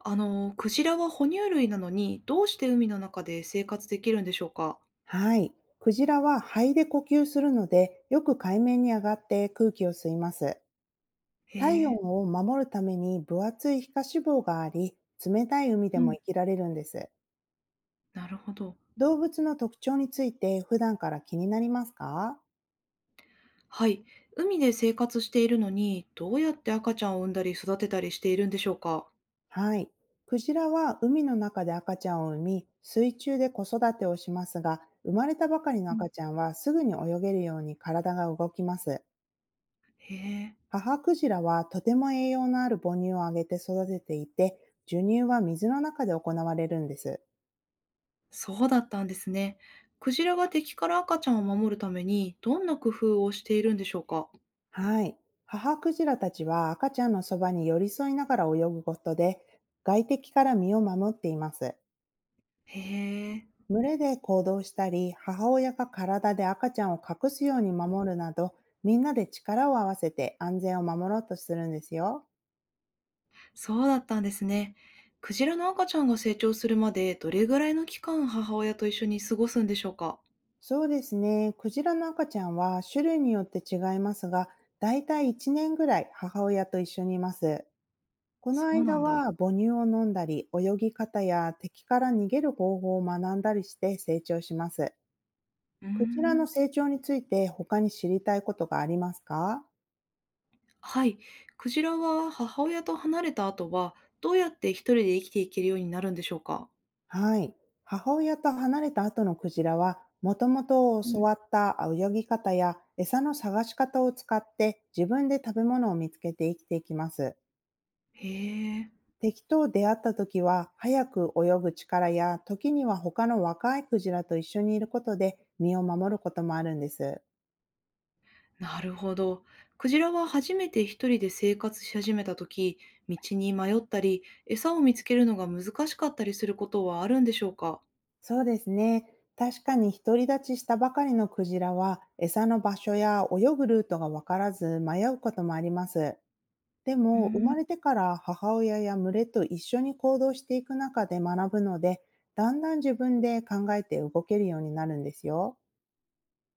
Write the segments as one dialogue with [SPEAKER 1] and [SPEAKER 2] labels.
[SPEAKER 1] クジラは哺乳類なのに、どうして海の中で生活できるんでしょうか？
[SPEAKER 2] はい。クジラは肺で呼吸するので、よく海面に上がって空気を吸います。
[SPEAKER 1] へ
[SPEAKER 2] 体温
[SPEAKER 1] え、
[SPEAKER 2] を守るために分厚い皮下脂肪があり、冷たい海で
[SPEAKER 1] う
[SPEAKER 2] も
[SPEAKER 1] ん、
[SPEAKER 2] 生きられるんです。
[SPEAKER 1] なるほど。
[SPEAKER 2] 動物の特徴について普段から気になりますか？
[SPEAKER 1] はい。海で生活しているのに、どうやって赤ちゃんを産んだり育てたりしているんでしょうか？
[SPEAKER 2] はい。クジラは海の中で赤ちゃんを産み、水中で子育てをしますが、生まれたばかりの
[SPEAKER 1] うん、
[SPEAKER 2] 赤ちゃんはすぐに泳げるように体が動きます。
[SPEAKER 1] へえ、
[SPEAKER 2] 母クジラはとても栄養のある母乳をあげて育てていて、授乳は水の中で行われるんです。
[SPEAKER 1] そうだったんですね。クジラが敵から赤ちゃんを守るために、どんな工夫をしているんでしょうか？
[SPEAKER 2] はい。母クジラたちは赤ちゃんのそばに寄り添いながら泳ぐことで、外敵から身を守っています。
[SPEAKER 1] へえ、
[SPEAKER 2] 群れで行動したり、母親が体で赤ちゃんを隠すように守るなど、みんなで力を合わせて安全を守ろうとするんですよ。
[SPEAKER 1] そうだったんですね。クジラの赤ちゃんが成長するまで、どれぐらいの期間母親と一緒に過ごすんでしょうか？
[SPEAKER 2] そうですね。クジラの赤ちゃんは種類によって違いますが、だいたい1年ぐらい母親と一緒にいます。この
[SPEAKER 1] そうな
[SPEAKER 2] 間
[SPEAKER 1] んだ。
[SPEAKER 2] は母乳を飲んだり、泳ぎ方や敵から逃げる方法を学んだりして成長します。
[SPEAKER 1] うー
[SPEAKER 2] クジラ
[SPEAKER 1] ん、
[SPEAKER 2] の成長について他に知りたいことがありますか？
[SPEAKER 1] はい。クジラは母親と離れた後は、どうやって一人で生きていけるようになるんでしょうか？
[SPEAKER 2] はい。母親と離れた後のクジラは、もともと
[SPEAKER 1] う
[SPEAKER 2] 教
[SPEAKER 1] ん、
[SPEAKER 2] わった泳ぎ方や餌の探し方を使って自分で食べ物を見つけて生きていきます。
[SPEAKER 1] へえ、
[SPEAKER 2] 敵と出会った時は、早く泳ぐ力や、時には他の若いクジラと一緒にいることで身を守ることもあるんです。
[SPEAKER 1] なるほど。クジラは初めて一人で生活し始めた時、道に迷ったり、餌を見つけるのが難しかったりすることはあるんでしょうか？
[SPEAKER 2] そうですね。確かに独り立ちしたばかりのクジラは、餌の場所や泳ぐルートがわからず迷うこともあります。で
[SPEAKER 1] うー
[SPEAKER 2] も、生
[SPEAKER 1] ん、
[SPEAKER 2] まれてから母親や群れと一緒に行動していく中で学ぶので、だんだん自分で考えて動けるようになるんですよ。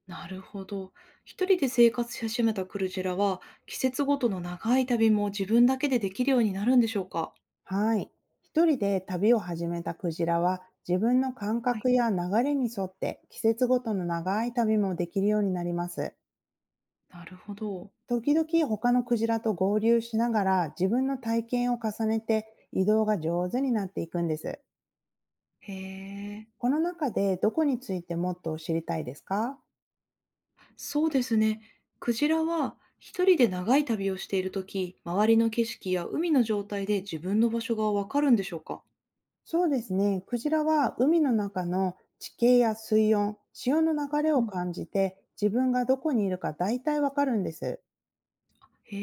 [SPEAKER 1] なるほど。一人で生活し始めたクジラは、季節ごとの長い旅も自分だけでできるようになるんでしょうか？
[SPEAKER 2] はい。一人で旅を始めたクジラは、自分の感
[SPEAKER 1] はい、
[SPEAKER 2] 覚や流れに沿って季節ごとの長い旅もできるようになります。
[SPEAKER 1] なるほど。
[SPEAKER 2] 時々他のクジラと合流しながら自分の体験を重ねて移動が上手になっていくんです。
[SPEAKER 1] へえ。
[SPEAKER 2] この中でどこについてもっと知りたいですか？
[SPEAKER 1] そうですね。クジラは一人で長い旅をしているとき、周りの景色や海の状態で自分の場所がわかるんでしょうか？
[SPEAKER 2] そうですね。クジラは海の中の地形や水温、潮の流れ
[SPEAKER 1] う
[SPEAKER 2] を
[SPEAKER 1] ん、
[SPEAKER 2] 感じて自分がどこにいるか大体わかるんです。
[SPEAKER 1] へ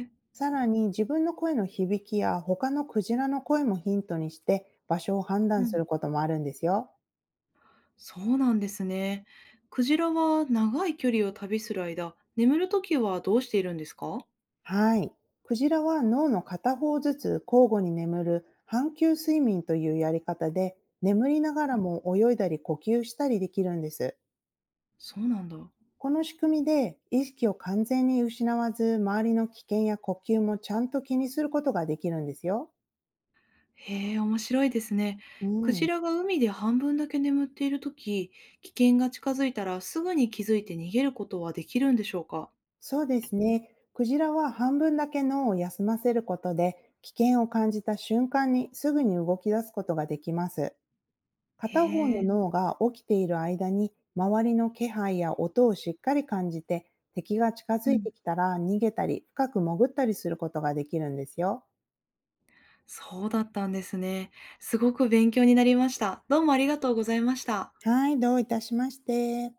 [SPEAKER 1] え、
[SPEAKER 2] さらに自分の声の響きや他のクジラの声もヒントにして場所を判
[SPEAKER 1] う
[SPEAKER 2] 断す
[SPEAKER 1] ん、
[SPEAKER 2] ることもあるんですよ。
[SPEAKER 1] そうなんですね。クジラは長い距離を旅する間、眠るときはどうしているんですか？
[SPEAKER 2] はい。クジラは脳の片方ずつ交互に眠る半球睡眠というやり方で眠りながらも泳いだり呼吸したりできるんです。
[SPEAKER 1] そうなんだ。
[SPEAKER 2] この仕組みで意識を完全に失わず周りの危険や呼吸もちゃんと気にすることができるんですよ。
[SPEAKER 1] へえ、面白いですね。
[SPEAKER 2] う
[SPEAKER 1] クジ
[SPEAKER 2] ん。
[SPEAKER 1] ラが海で半分だけ眠っているとき、危険が近づいたらすぐに気づいて逃げることはできるんでしょうか？
[SPEAKER 2] そうですね。クジラは半分だけ脳を休ませることで、危険を感じた瞬間にすぐに動き出すことができます。片方
[SPEAKER 1] へ
[SPEAKER 2] の
[SPEAKER 1] え。
[SPEAKER 2] 脳が起きている間に、周りの気配や音をしっかり感じて、敵が近づいてきたら逃げたり、深く潜ったりすることができるんですよ。
[SPEAKER 1] そうだったんですね。すごく勉強になりました。どうもありがとうございました。
[SPEAKER 2] はい、どういたしまして。